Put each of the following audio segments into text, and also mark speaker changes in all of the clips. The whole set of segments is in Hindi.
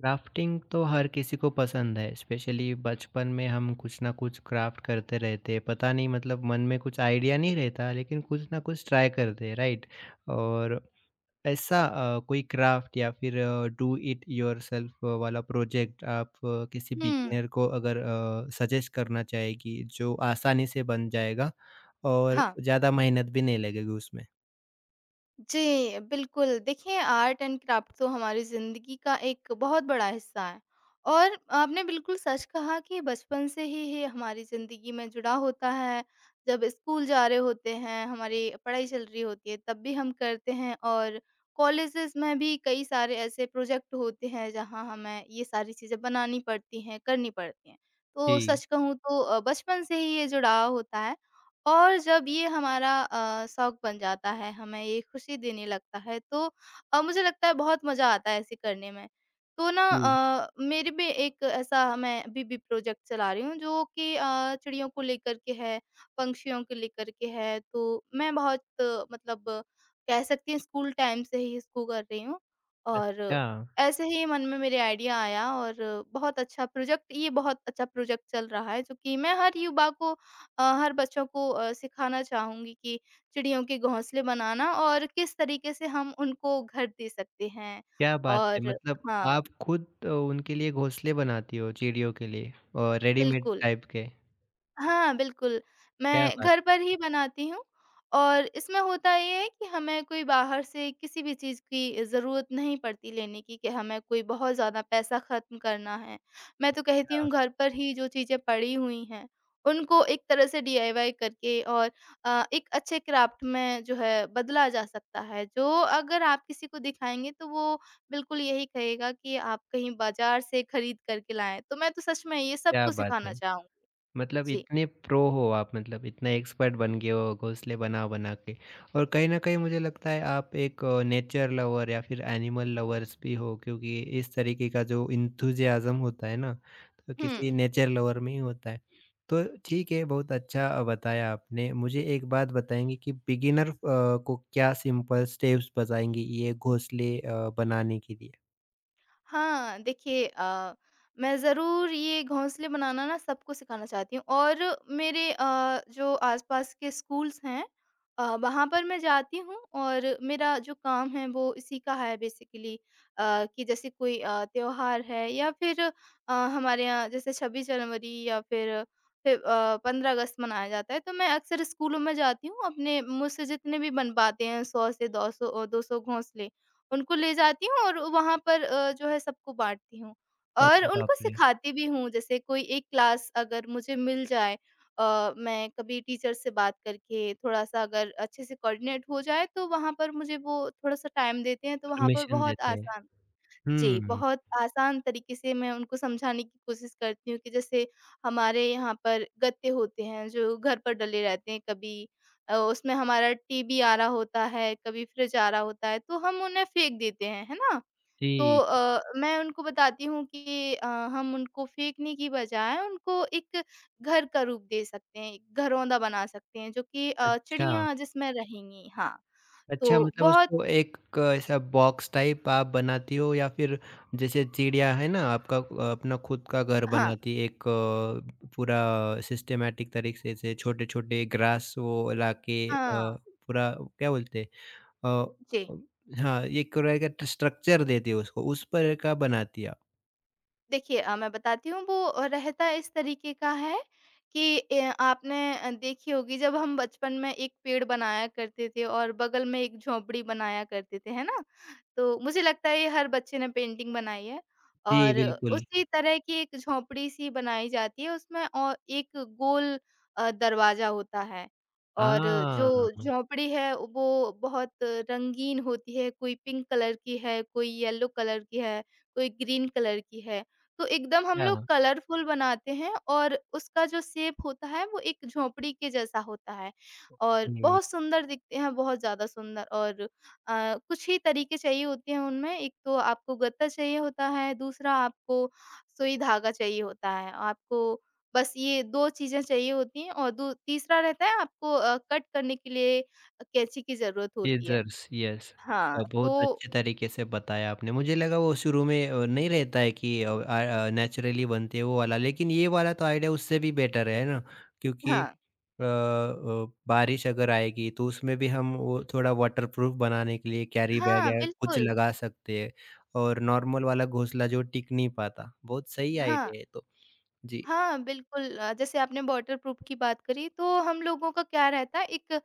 Speaker 1: क्राफ्टिंग तो हर किसी को पसंद है, स्पेशली बचपन में हम कुछ ना कुछ क्राफ्ट करते रहते हैं। पता नहीं मतलब मन में कुछ आइडिया नहीं रहता, लेकिन कुछ ना कुछ ट्राई करते हैं, राइट? और ऐसा कोई क्राफ्ट या फिर डू इट योरसेल्फ वाला प्रोजेक्ट आप किसी
Speaker 2: हुँ,
Speaker 1: बिगिनर को अगर सजेस्ट करना चाहेगी, जो आसानी से बन जाएगा और
Speaker 2: हाँ।
Speaker 1: ज़्यादा मेहनत भी नहीं लगेगी उसमें?
Speaker 2: जी, बिल्कुल। देखिए आर्ट एंड क्राफ्ट तो हमारी ज़िंदगी का एक बहुत बड़ा हिस्सा है और आपने बिल्कुल सच कहा कि बचपन से ही ये हमारी ज़िंदगी में जुड़ा होता है। जब स्कूल जा रहे होते हैं, हमारी पढ़ाई चल रही होती है तब भी हम करते हैं और कॉलेजेस में भी कई सारे ऐसे प्रोजेक्ट होते हैं जहाँ हमें ये सारी चीज़ें बनानी पड़ती हैं, करनी पड़ती हैं। तो
Speaker 1: जी।
Speaker 2: सच कहूँ तो बचपन से ही ये जुड़ाव होता है। और जब ये हमारा शौक बन जाता है, हमें ये खुशी देने लगता है, तो मुझे लगता है बहुत मज़ा आता है ऐसे करने में। तो ना
Speaker 1: जी।
Speaker 2: मेरे में एक ऐसा मैं अभी भी प्रोजेक्ट चला रही हूँ जो कि चिड़ियों को लेकर के है, पंछियों को लेकर के है, तो मैं बहुत मतलब कह सकती हैं स्कूल टाइम से ही इसको कर रही हूँ और
Speaker 1: अच्छा।
Speaker 2: ऐसे ही मन में मेरे आइडिया आया और बहुत अच्छा प्रोजेक्ट चल रहा है, जो कि मैं हर युवा को हर बच्चों को सिखाना चाहूँगी कि चिड़ियों के घोंसले बनाना और किस तरीके से हम उनको घर दे सकते हैं
Speaker 1: क्या बात है!
Speaker 2: और
Speaker 1: मतलब
Speaker 2: हाँ,
Speaker 1: आप खुद उनके लिए घोंसले बनाती हो चिड़ियों के लिए और रेडीमेड
Speaker 2: बिल्कुल।
Speaker 1: टाइप के।
Speaker 2: हाँ, बिल्कुल।
Speaker 1: क्या
Speaker 2: मैं
Speaker 1: बात
Speaker 2: घर
Speaker 1: है!
Speaker 2: पर ही बनाती हूँ और इसमें होता ये है कि हमें कोई बाहर से किसी भी चीज़ की ज़रूरत नहीं पड़ती लेने की कि हमें कोई बहुत ज़्यादा पैसा ख़त्म करना है। मैं तो कहती
Speaker 1: क्या
Speaker 2: हूँ घर पर ही जो चीज़ें पड़ी हुई हैं, उनको एक तरह से डीआईवाई करके और एक अच्छे क्राफ़्ट में जो है बदला जा सकता है। जो अगर आप किसी को दिखाएँगे तो वो बिल्कुल यही कहेगा कि आप कहीं बाज़ार से खरीद कर के लाएँ। तो मैं तो सच में ये
Speaker 1: क्या
Speaker 2: सबको
Speaker 1: बात है!
Speaker 2: सिखाना चाहूँगी।
Speaker 1: मतलब
Speaker 2: जी।
Speaker 1: इतने प्रो हो आप मतलब इतना एक्सपर्ट बन गए हो घोंसले बना बना के और कहीं ना कहीं मुझे लगता है आप एक नेचर लवर या फिर एनिमल लवर्स भी हो, क्योंकि इस तरीके का जो इंथुजियाज्म होता है ना, तो किसी
Speaker 2: हुँ।
Speaker 1: नेचर लवर में ही होता है। तो ठीक है, बहुत अच्छा बताया आपने। मुझे एक बात बताएंगे कि बिगिनर को क्या सिंपल स्टेप्स बताएंगी ये घोंसले बनाने के लिए?
Speaker 2: हाँ, देखिए मैं ज़रूर ये घोंसले बनाना ना सबको सिखाना चाहती हूँ और मेरे जो आस-पास के स्कूल्स हैं वहाँ पर मैं जाती हूँ और मेरा जो काम है वो इसी का है बेसिकली कि जैसे कोई त्योहार है या फिर हमारे यहाँ जैसे 26 जनवरी या फिर 15 अगस्त मनाया जाता है, तो मैं अक्सर स्कूलों में जाती हूँ अपने मुझसे जितने भी बन पाते हैं 100 से 200 200 घोंसले उनको ले जाती हूँ और वहाँ पर जो है सबको बाँटती हूँ।
Speaker 1: अरे
Speaker 2: और उनको
Speaker 1: बाप रे!
Speaker 2: सिखाती भी हूँ जैसे कोई एक क्लास अगर मुझे मिल जाए मैं कभी टीचर से बात करके थोड़ा-सा अगर अच्छे से कोऑर्डिनेट हो जाए तो वहाँ पर मुझे वो थोड़ा-सा टाइम देते हैं तो वहाँ पर
Speaker 1: परमिशन
Speaker 2: बहुत
Speaker 1: देते हैं?
Speaker 2: आसान जी,
Speaker 1: हम्म।
Speaker 2: बहुत आसान तरीके से मैं उनको समझाने की कोशिश करती हूँ कि जैसे हमारे यहाँ पर गत्ते होते हैं जो घर पर डले रहते हैं, कभी उसमें हमारा टीवी आ रहा होता है, कभी फ्रिज आ रहा होता है, तो हम उन्हें फेंक देते हैं, है ना? तो
Speaker 1: जी।
Speaker 2: मैं उनको बताती हूँ कि हम उनको फेंकने की बजाय उनको एक घर का रूप दे सकते हैं, एक घरौंदा बना सकते हैं जो कि
Speaker 1: अच्छा।
Speaker 2: चिड़ियाँ जिसमें रहेंगी। हाँ,
Speaker 1: अच्छा,
Speaker 2: तो
Speaker 1: मतलब
Speaker 2: बहुत
Speaker 1: उसको एक क ऐसा बॉक्स टाइप आप बनाती हो या फिर जैसे चिड़िया है ना, आपका अपना खुद का घर
Speaker 2: हाँ,
Speaker 1: बनाती है एक पूरा सिस्टमैटिक तरीके से, छोटे-छोटे ग्रास वो लाके
Speaker 2: हाँ,
Speaker 1: पूरा क्या बोलते हैं अ
Speaker 2: जी।
Speaker 1: अ, हाँ, एक रहेगा ट स्ट्रक्चर देती है उसको, उस पर का बनाती है आप।
Speaker 2: देखिए मैं बताती हूँ वो रहता इस तरीके का है कि आपने देखी होगी जब हम बचपन में एक पेड़ बनाया करते थे और बगल में एक झोपड़ी बनाया करते थे है ना तो मुझे लगता है ये हर बच्चे ने पेंटिंग बनाई है
Speaker 1: जी,
Speaker 2: और
Speaker 1: बिल्कुल।
Speaker 2: उसी तरह की एक झोपड़ी सी बनाई जाती है उसमें और एक गोल दरवाजा होता है और जो
Speaker 1: हाँ,
Speaker 2: झोपड़ी है वो बहुत रंगीन होती है कोई पिंक कलर की है कोई येलो कलर की है कोई ग्रीन कलर की है तो एकदम हम लोग
Speaker 1: अच्छा।
Speaker 2: कलरफुल बनाते हैं और उसका जो शेप होता है वो एक झोंपड़ी के जैसा होता है और
Speaker 1: हुँ।
Speaker 2: बहुत सुंदर दिखते हैं, बहुत ज़्यादा सुंदर और कुछ ही तरीके चाहिए होते हैं उनमें। एक तो आपको गत्ता चाहिए होता है, दूसरा आपको सुई धागा चाहिए होता है। आपको बस ये 2 चीज़ें चाहिए होती हैं और दू तीसरा रहता है आपको कट करने के लिए कैंची की ज़रूरत होती है।
Speaker 1: Scissors, yes.
Speaker 2: हाँ।
Speaker 1: बहुत
Speaker 2: तो
Speaker 1: अच्छे तरीके से बताया आपने। मुझे लगा वो शुरू में नहीं रहता है कि नेचुरली बनते हैं वो वाला, लेकिन ये वाला तो आइडिया उससे भी बेटर है ना? क्योंकि
Speaker 2: हाँ।
Speaker 1: बारिश अगर आएगी तो उसमें भी हम वो थोड़ा वाटरप्रूफ बनाने के लिए कैरी बैग
Speaker 2: हाँ,
Speaker 1: या कुछ
Speaker 2: बिल्कुल।
Speaker 1: लगा सकते हैं, और नॉर्मल वाला घोंसला जो टिक नहीं पाता। बहुत सही
Speaker 2: हाँ।
Speaker 1: आइडिया है ये तो। जी।
Speaker 2: हाँ, बिल्कुल जैसे आपने वाटरप्रूफ की बात करी तो हम लोगों का क्या रहता है एक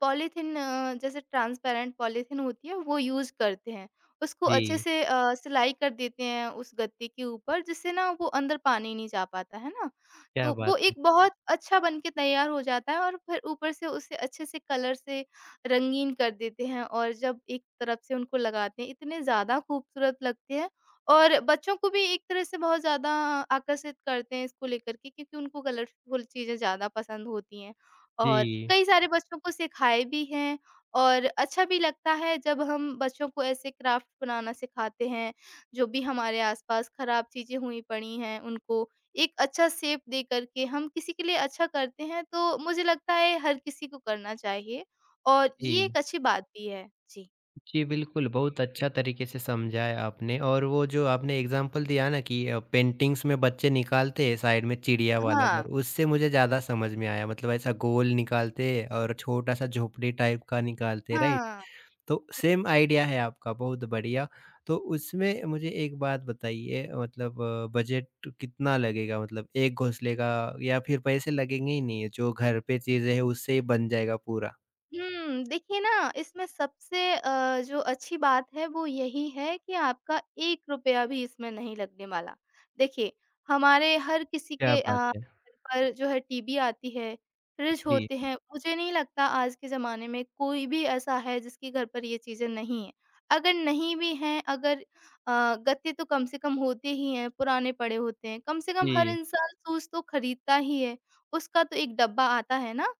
Speaker 2: पॉलीथीन जैसे ट्रांसपेरेंट पॉलीथीन होती है वो यूज़ करते हैं। उसको अच्छे
Speaker 1: जी,
Speaker 2: से सिलाई कर देते हैं उस गत्ते के ऊपर जिससे ना वो अंदर पानी नहीं जा पाता, है ना?
Speaker 1: क्या
Speaker 2: तो वो
Speaker 1: बात
Speaker 2: एक
Speaker 1: है।
Speaker 2: बहुत अच्छा बन के तैयार हो जाता है और फिर ऊपर से उसे अच्छे से कलर से रंगीन कर देते हैं और जब एक तरफ से उनको लगाते हैं, इतने ज़्यादा खूबसूरत लगते हैं और बच्चों को भी एक तरह से बहुत ज़्यादा आकर्षित करते हैं इसको लेकर के क्योंकि उनको कलरफुल चीज़ें ज़्यादा पसंद होती हैं और
Speaker 1: जी।
Speaker 2: कई सारे बच्चों को सिखाए भी हैं और अच्छा भी लगता है जब हम बच्चों को ऐसे क्राफ्ट बनाना सिखाते हैं, जो भी हमारे आसपास खराब चीज़ें हुई पड़ी हैं, उनको एक अच्छा शेप दे कर के हम किसी के लिए अच्छा करते हैं, तो मुझे लगता है हर किसी को करना चाहिए और ये
Speaker 1: जी।
Speaker 2: एक अच्छी बात भी है। जी।
Speaker 1: जी, बिल्कुल, बहुत अच्छा तरीके से समझाया आपने। और वो जो आपने एग्ज़ाम्पल दिया ना कि पेंटिंग्स में बच्चे निकालते हैं साइड में चिड़िया हुँ। वाला
Speaker 2: हाँ।
Speaker 1: घर, उससे मुझे ज़्यादा समझ में आया। मतलब ऐसा गोल निकालते हैं और छोटा-सा झोपड़ी टाइप का निकालते, राइट?
Speaker 2: हाँ।
Speaker 1: तो सेम आइडिया है आपका, बहुत बढ़िया। तो उसमें मुझे एक बात बताइए, मतलब बजट कितना लगेगा? मतलब 1 घोंसले का, या फिर पैसे लगेंगे ही नहीं, जो घर पे चीज़ें हैं उससे ही बन जाएगा पूरा?
Speaker 2: हुँ, देखिए ना इसमें सबसे जो अच्छी बात है वो यही है कि आपका ₹1 भी इसमें नहीं लगने वाला। देखिए, हमारे हर किसी
Speaker 1: क्या
Speaker 2: के
Speaker 1: बात है!
Speaker 2: घर पर जो है टीवी आती है, फ्रिज
Speaker 1: जी,
Speaker 2: होते हैं, मुझे नहीं लगता आज के ज़माने में कोई भी ऐसा है जिसके घर पर ये चीज़ें नहीं हैं। अगर नहीं भी हैं, अगर अ, गत्ते तो कम से कम होते ही हैं, पुराने पड़े होते हैं, कम से कम हर
Speaker 1: जी।
Speaker 2: इंसान शूज़ तो खरीदता ही है, उसका तो एक डब्बा आता है ना।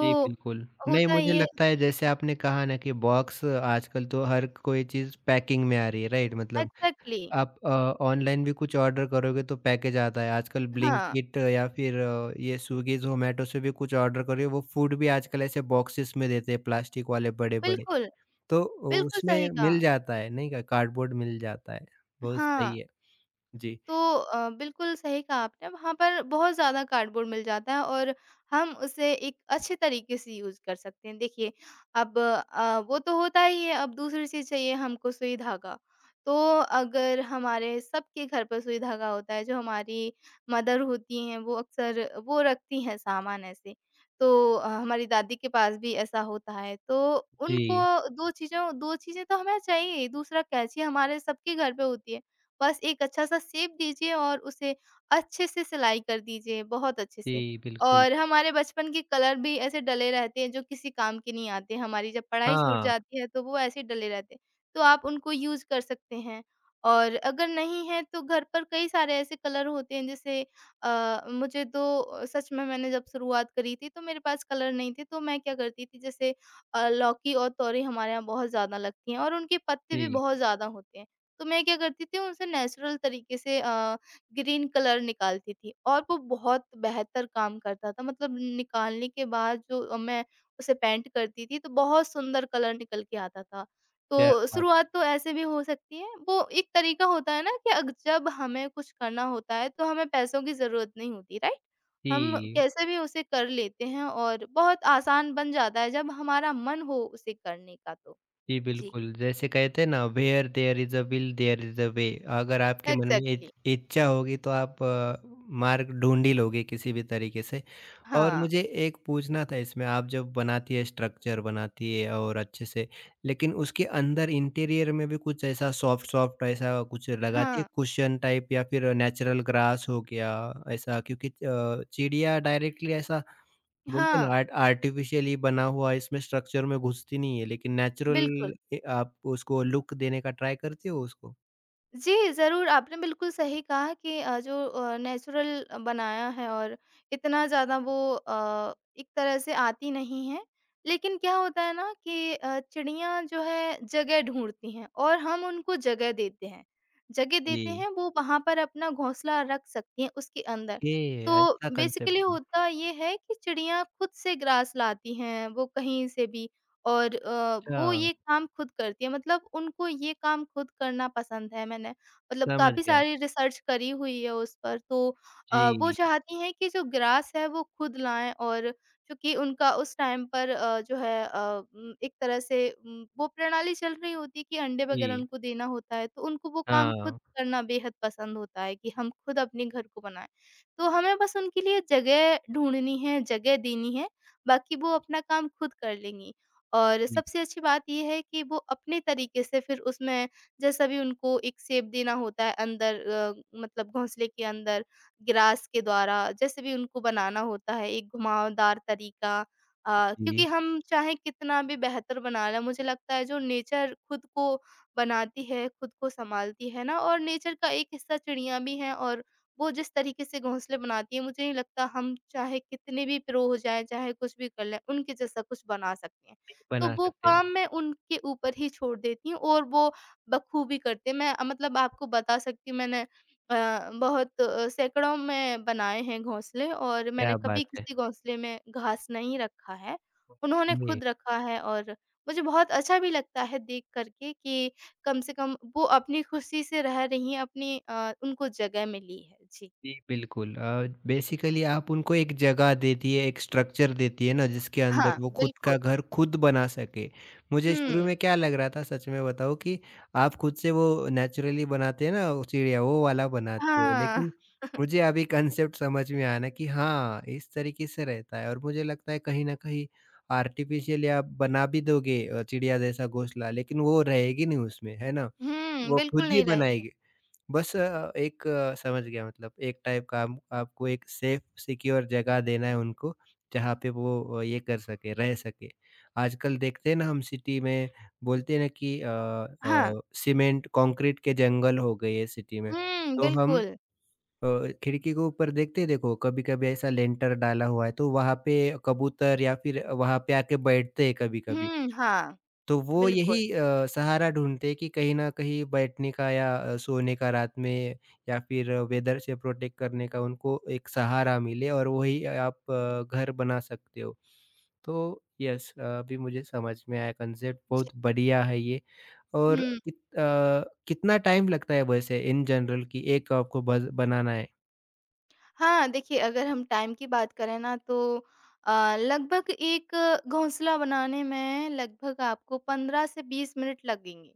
Speaker 1: जी, बिल्कुल। नहीं,
Speaker 2: होता
Speaker 1: मुझे
Speaker 2: ये
Speaker 1: लगता है जैसे आपने कहा ना कि बॉक्स आजकल तो हर कोई चीज़ पैकिंग में आ रही है, राइट? मतलब
Speaker 2: एग्ज़ैक्टली
Speaker 1: आप ऑनलाइन भी कुछ ऑर्डर करोगे तो पैकेज आता है। आजकल
Speaker 2: हाँ,
Speaker 1: ब्लिंकिट या फिर ये स्विगी, ज़ोमैटो से भी कुछ ऑर्डर करोगे, वो फूड भी आजकल ऐसे बॉक्सेस में देते हैं, प्लास्टिक वाले बड़े-बड़े।
Speaker 2: बिल्कुल,
Speaker 1: तो
Speaker 2: बिल्कुल सही
Speaker 1: उसमें
Speaker 2: कहा।
Speaker 1: मिल जाता है, नहीं क्या? कार्डबोर्ड मिल जाता है। बहुत
Speaker 2: हाँ,
Speaker 1: सही है। जी।
Speaker 2: तो बिल्कुल सही कहा आपने, वहाँ पर बहुत ज़्यादा कार्डबोर्ड मिल जाता है और हम उसे एक अच्छे तरीके से यूज़ कर सकते हैं। देखिए, अब वो तो होता ही है, अब दूसरी चीज़ चाहिए हमको सुई धागा। तो अगर हमारे सबके घर पर सुई धागा होता है, जो हमारी मदर होती हैं, वो अक्सर वो रखती हैं सामान ऐसे। तो हमारी दादी के पास भी ऐसा होता है, तो
Speaker 1: जी,
Speaker 2: उनको 2 चीज़ें तो हमें चाहिए ही, दूसरा कैंची हमारे सबके घर पे होती है। बस एक अच्छा-सा शेप दीजिए और उसे अच्छे से सिलाई कर दीजिए, बहुत अच्छे से।
Speaker 1: जी, बिल्कुल।
Speaker 2: और हमारे बचपन के कलर भी ऐसे डले रहते हैं जो किसी काम के नहीं आते, हमारी जब पढ़ाई छूट
Speaker 1: हाँ,
Speaker 2: जाती है तो वो ऐसे ही डले रहते हैं, तो आप उनको यूज़ कर सकते हैं। और अगर नहीं है तो घर पर कई सारे ऐसे कलर होते हैं जैसे सच में मैंने जब शुरुआत करी थी तो मेरे पास कलर नहीं थे तो मैं क्या करती थी जैसे लौकी और तोरई हमारे यहाँ बहुत ज़्यादा लगती हैं और उनके पत्ते भी
Speaker 1: जी,
Speaker 2: बहुत ज़्यादा होते हैं। तो मैं क्या करती थी उनसे नेचुरल तरीके से ग्रीन कलर निकालती थी और वो बहुत बेहतर काम करता था मतलब निकालने के बाद जो मैं उसे पेंट करती थी तो बहुत सुंदर कलर निकल के आता था।
Speaker 1: क्या
Speaker 2: तो
Speaker 1: बात!
Speaker 2: शुरुआत तो ऐसे भी हो सकती है। वो एक तरीका होता है ना कि अग जब हमें कुछ करना होता है तो हमें पैसों की ज़रूरत नहीं होती, राइट? हम
Speaker 1: जी।
Speaker 2: कैसे भी उसे कर लेते हैं और बहुत आसान बन जाता है जब हमारा मन हो उसे करने का तो।
Speaker 1: जी,
Speaker 2: जी।
Speaker 1: बिल्कुल। जैसे कहते हैं ना, where there is a will there is a way. अगर आपके मन में इत
Speaker 2: एग्ज़ैक्टली।
Speaker 1: इच्छा होगी तो आप मार्ग ढूँढ ही लोगे किसी भी तरीके से। और
Speaker 2: हाँ।
Speaker 1: मुझे एक पूछना था, इसमें आप जब बनाती है स्ट्रक्चर बनाती है और अच्छे से, लेकिन उसके अंदर इंटीरियर में भी कुछ ऐसा सॉफ्ट-सॉफ्ट ऐसा कुछ लगाती है
Speaker 2: हाँ।
Speaker 1: कुशन टाइप, या फिर नेचुरल ग्रास हो गया, ऐसा? क्योंकि चिड़िया डायरेक्टली ऐसा, बोलते हैं ना,
Speaker 2: हाँ,
Speaker 1: आर्टिफिशियली बना हुआ इसमें स्ट्रक्चर में घुसती नहीं है, लेकिन नेचुरल
Speaker 2: बिल्कुल।
Speaker 1: ए आप उसको लुक देने का ट्राई करते हो उसको?
Speaker 2: जी, ज़रूर, आपने बिल्कुल सही कहा कि नेचुरल बनाया है और इतना ज़्यादा वो एक तरह से आती नहीं है। लेकिन क्या होता है ना कि चिड़िया जो है जगह ढूँढती हैं और हम उनको जगह देते हैं। जगह देते
Speaker 1: जी,
Speaker 2: हैं, वो वहाँ पर अपना घोंसला रख सकती हैं उसके अंदर।
Speaker 1: ये
Speaker 2: तो
Speaker 1: ऐसा कांसेप्ट
Speaker 2: बेसिकली
Speaker 1: है।
Speaker 2: होता ये है कि चिड़िया खुद से ग्रास लाती हैं, वो कहीं से भी। और वो
Speaker 1: अच्छा,
Speaker 2: ये काम खुद करती है मतलब उनको ये काम खुद करना पसंद है मैंने मतलब
Speaker 1: समझ
Speaker 2: काफ़ी
Speaker 1: गया।
Speaker 2: सारी रिसर्च करी हुई है उस पर तो वो
Speaker 1: जी,
Speaker 2: चाहती हैं कि जो ग्रास है वो खुद लाएँ और चूँकि उनका उस टाइम पर अ, जो है अ, उम, एक तरह से वो प्रणाली चल रही होती है कि अंडे वगैरह
Speaker 1: जी।
Speaker 2: उनको देना होता है तो उनको वो काम खुद
Speaker 1: हाँ,
Speaker 2: करना बेहद पसंद होता है कि हम खुद अपने घर को बनाएँ। तो हमें बस उनके लिए जगह ढूँढनी है, जगह देनी है, बाकी वो अपना काम खुद कर लेंगी। और
Speaker 1: जी,
Speaker 2: सबसे अच्छी बात ये है कि वो अपने तरीके से फिर उसमें जैसा भी उनको एक शेप देना होता है अंदर मतलब घोंसले के अंदर ग्रास के द्वारा जैसे भी उनको बनाना होता है एक घुमावदार तरीका
Speaker 1: जी।
Speaker 2: क्योंकि हम चाहे कितना भी बेहतर बना लें मुझे लगता है जो नेचर खुद को बनाती है खुद को संभालती है ना और नेचर का एक हिस्सा चिड़िया भी है और वो जिस तरीके से घोंसले बनाती है मुझे नहीं लगता हम चाहे कितने भी प्रो हो जाए चाहे कुछ भी कर लें उनके जैसा कुछ बना सकते हैं
Speaker 1: नहीं
Speaker 2: तो
Speaker 1: बना
Speaker 2: वो
Speaker 1: सकते,
Speaker 2: काम मैं उनके ऊपर ही छोड़ देती हूँ और वो बखूबी करते हैं। मतलब आपको बता सकती हूँ मैंने अ, बहुत अ, सैकड़ों में बनाए हैं घोंसले और मैंने
Speaker 1: क्या बात
Speaker 2: कभी
Speaker 1: है!
Speaker 2: किसी घोंसले में घास नहीं रखा है। उन्होंने
Speaker 1: ओके।
Speaker 2: खुद रखा है और मुझे बहुत अच्छा भी लगता है देख कर के कि कम से कम वो अपनी खुशी से रह रही हैं, अपनी उनको जगह मिली है। जी।
Speaker 1: जी, बिल्कुल बेसिकली आप उनको एक जगह देती है, एक स्ट्रक्चर देती है ना, जिसके
Speaker 2: हाँ,
Speaker 1: अंदर वो खुद
Speaker 2: बिल्कुल।
Speaker 1: का घर खुद बना सके। मुझे शुरू
Speaker 2: हुँ।
Speaker 1: में क्या लग रहा था सच में बताऊँ कि आप खुद से वो नेचुरली बनाते हैं ना, वो चिड़िया वो वाला बनाते हो।
Speaker 2: हाँ।
Speaker 1: लेकिन मुझे अभी कॉन्सेप्ट समझ में आया ना कि हाँ, इस तरीके से रहता है, और मुझे लगता है कहीं न कहीं आर्टिफ़िशियली आप बना भी दोगे चिड़िया जैसा घोंसला, लेकिन वो रहेगी नहीं उसमें, है ना?
Speaker 2: हुँ,
Speaker 1: वो
Speaker 2: बिल्कुल
Speaker 1: खुद ही
Speaker 2: नहीं रहेंगे।
Speaker 1: बनाएगी। बस एक समझ गया, मतलब एक टाइप का आप आपको एक सेफ सिक्योर जगह देना है उनको, जहाँ पे वो ये कर सके, रह सके। आजकल देखते हैं ना हम सिटी में, बोलते हैं ना कि
Speaker 2: हाँ।
Speaker 1: सीमेंट, कंक्रीट के जंगल हो गए हैं सिटी में।
Speaker 2: हुँ,
Speaker 1: तो हम
Speaker 2: बिल्कुल।
Speaker 1: अ, खिड़की के ऊपर देखते हैं, देखो कभी-कभी ऐसा लेंटर डाला हुआ है, तो वहाँ पे कबूतर या फिर वहाँ पे आके बैठते हैं कभी-कभी।
Speaker 2: हुँ, हाँ,
Speaker 1: तो वो यही
Speaker 2: बिल्कुल।
Speaker 1: सहारा ढूँढते हैं कि कहीं न कहीं बैठने का, या सोने का रात में, या फिर वेदर से प्रोटेक्ट करने का उनको एक सहारा मिले, और वही आप घर बना सकते हो। तो यस, अभी मुझे समझ में आया कॉन्सेप्ट,
Speaker 2: जी।
Speaker 1: बहुत बढ़िया है ये। और
Speaker 2: हुँ,
Speaker 1: कितना टाइम लगता है वैसे इन जनरल कि एक आपको बज बनाना है?
Speaker 2: हाँ, देखिए अगर हम टाइम की बात करें ना तो अ, लगभग एक घोंसला बनाने में लगभग आपको 15 से 20 मिनट लगेंगे।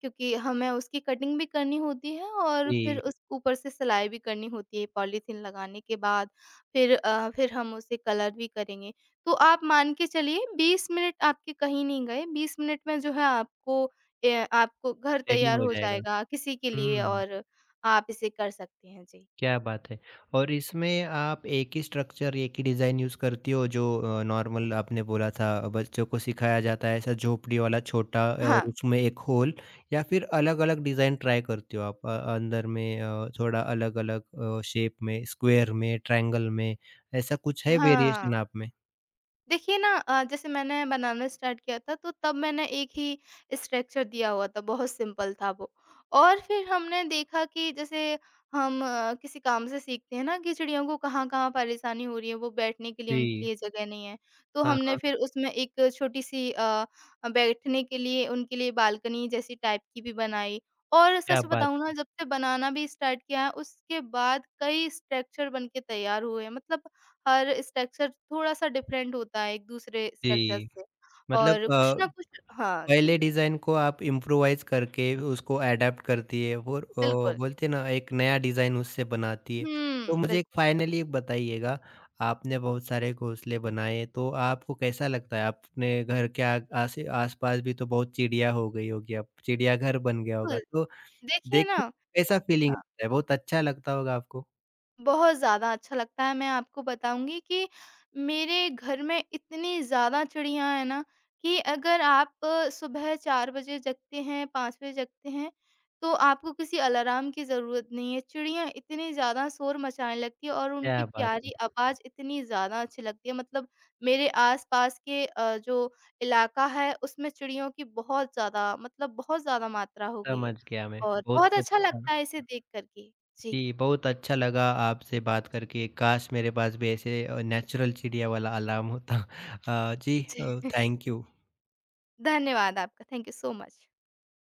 Speaker 2: क्योंकि हमें उसकी कटिंग भी करनी होती है और फिर
Speaker 1: जी,
Speaker 2: उस ऊपर से सिलाई भी करनी होती है पॉलीथीन लगाने के बाद। फिर हम उसे कलर भी करेंगे। तो आप मान के चलिए 20 मिनट आपके कहीं नहीं गए, 20 मिनट में जो है आपको ए आपको घर
Speaker 1: रेडी
Speaker 2: तैयार
Speaker 1: हो
Speaker 2: हो
Speaker 1: जाएगा।
Speaker 2: जाएगा किसी के लिए
Speaker 1: हुँ।
Speaker 2: और आप इसे कर सकते हैं। जी।
Speaker 1: क्या बात है! और इसमें आप एक ही स्ट्रक्चर, एक ही डिज़ाइन यूज़ करती हो जो नॉर्मल आपने बोला था बच्चों को सिखाया जाता है, ऐसा झोपड़ी वाला छोटा, और
Speaker 2: हाँ।
Speaker 1: उसमें एक होल, या फिर अलग-अलग डिज़ाइन ट्राई करती हो आप अंदर में थोड़ा अलग-अलग शेप में, स्क्वायर में, ट्रायंगल में, ऐसा कुछ है
Speaker 2: हाँ,
Speaker 1: वेरिएशन आप में?
Speaker 2: देखिए ना जैसे मैंने बनाना स्टार्ट किया था तो तब मैंने एक ही स्ट्रक्चर दिया हुआ था, बहुत सिंपल था वो। और फिर हमने देखा कि जैसे हम किसी काम से सीखते हैं ना कि चिड़ियों को कहाँ-कहाँ परेशानी हो रही है, वो बैठने के लिए उनके
Speaker 1: जी,
Speaker 2: लिए जगह नहीं है। तो
Speaker 1: हाँ,
Speaker 2: हमने
Speaker 1: हाँ,
Speaker 2: फिर उसमें एक छोटी-सी बैठने के लिए उनके लिए बालकनी जैसी टाइप की भी बनाई। और
Speaker 1: क्या
Speaker 2: सच
Speaker 1: बात
Speaker 2: बताऊँ ना
Speaker 1: है!
Speaker 2: जब से बनाना भी स्टार्ट किया है उसके बाद कई स्ट्रक्चर बन के तैयार हुए हैं। मतलब हर स्ट्रक्चर थोड़ा-सा डिफरेंट होता है एक-दूसरे स्ट्रक्चर
Speaker 1: जी,
Speaker 2: से
Speaker 1: मतलब
Speaker 2: और कुछ ना कुछ हाँ जी,
Speaker 1: पहले डिज़ाइन को आप इम्प्रोवाइज़ करके उसको एडैप्ट करती है, और
Speaker 2: बिल्कुल।
Speaker 1: बोलते हैं ना, एक नया डिज़ाइन उससे बनाती है। तो
Speaker 2: हुँ,
Speaker 1: मुझे एक
Speaker 2: बिल्कुल।
Speaker 1: फाइनली बताइएगा, आपने बहुत सारे घोंसले बनाए तो आपको कैसा लगता है? अपने घर के आ आसे आस-पास भी तो बहुत चिड़िया हो गई होगी अब, चिड़ियाघर बन गया होगा तो
Speaker 2: देखिए
Speaker 1: देख
Speaker 2: ना
Speaker 1: के कैसा फीलिंग आता है? बहुत अच्छा लगता होगा आपको?
Speaker 2: बहुत ज़्यादा अच्छा लगता है। मैं आपको बताऊँगी कि मेरे घर में इतनी ज़्यादा चिड़ियाँ हैं ना कि अगर आप सुबह 4 बजे जगते हैं, 5 बजे जगते हैं, तो आपको किसी अलार्म की ज़रूरत नहीं है। चिड़ियाँ इतनी ज़्यादा शोर मचाने लगती हैं और उनकी
Speaker 1: क्या बात है!
Speaker 2: प्यारी आवाज़ इतनी ज़्यादा अच्छी लगती है। मतलब मेरे आस-पास के जो इलाका है, उसमें चिड़ियों की बहुत ज़्यादा मतलब बहुत ज़्यादा मात्रा हो गई है
Speaker 1: समझ गया मैं,
Speaker 2: और
Speaker 1: बहुत
Speaker 2: बहुत अच्छा लगता
Speaker 1: अच्छा।
Speaker 2: है इसे देख कर के। जी।
Speaker 1: जी, बहुत अच्छा लगा आपसे बात करके। काश मेरे पास भी ऐसे नेचुरल चिड़िया वाला अलार्म होता। अ, जी
Speaker 2: जी।
Speaker 1: अ, थैंक यू।
Speaker 2: धन्यवाद आपका। Thank you so much.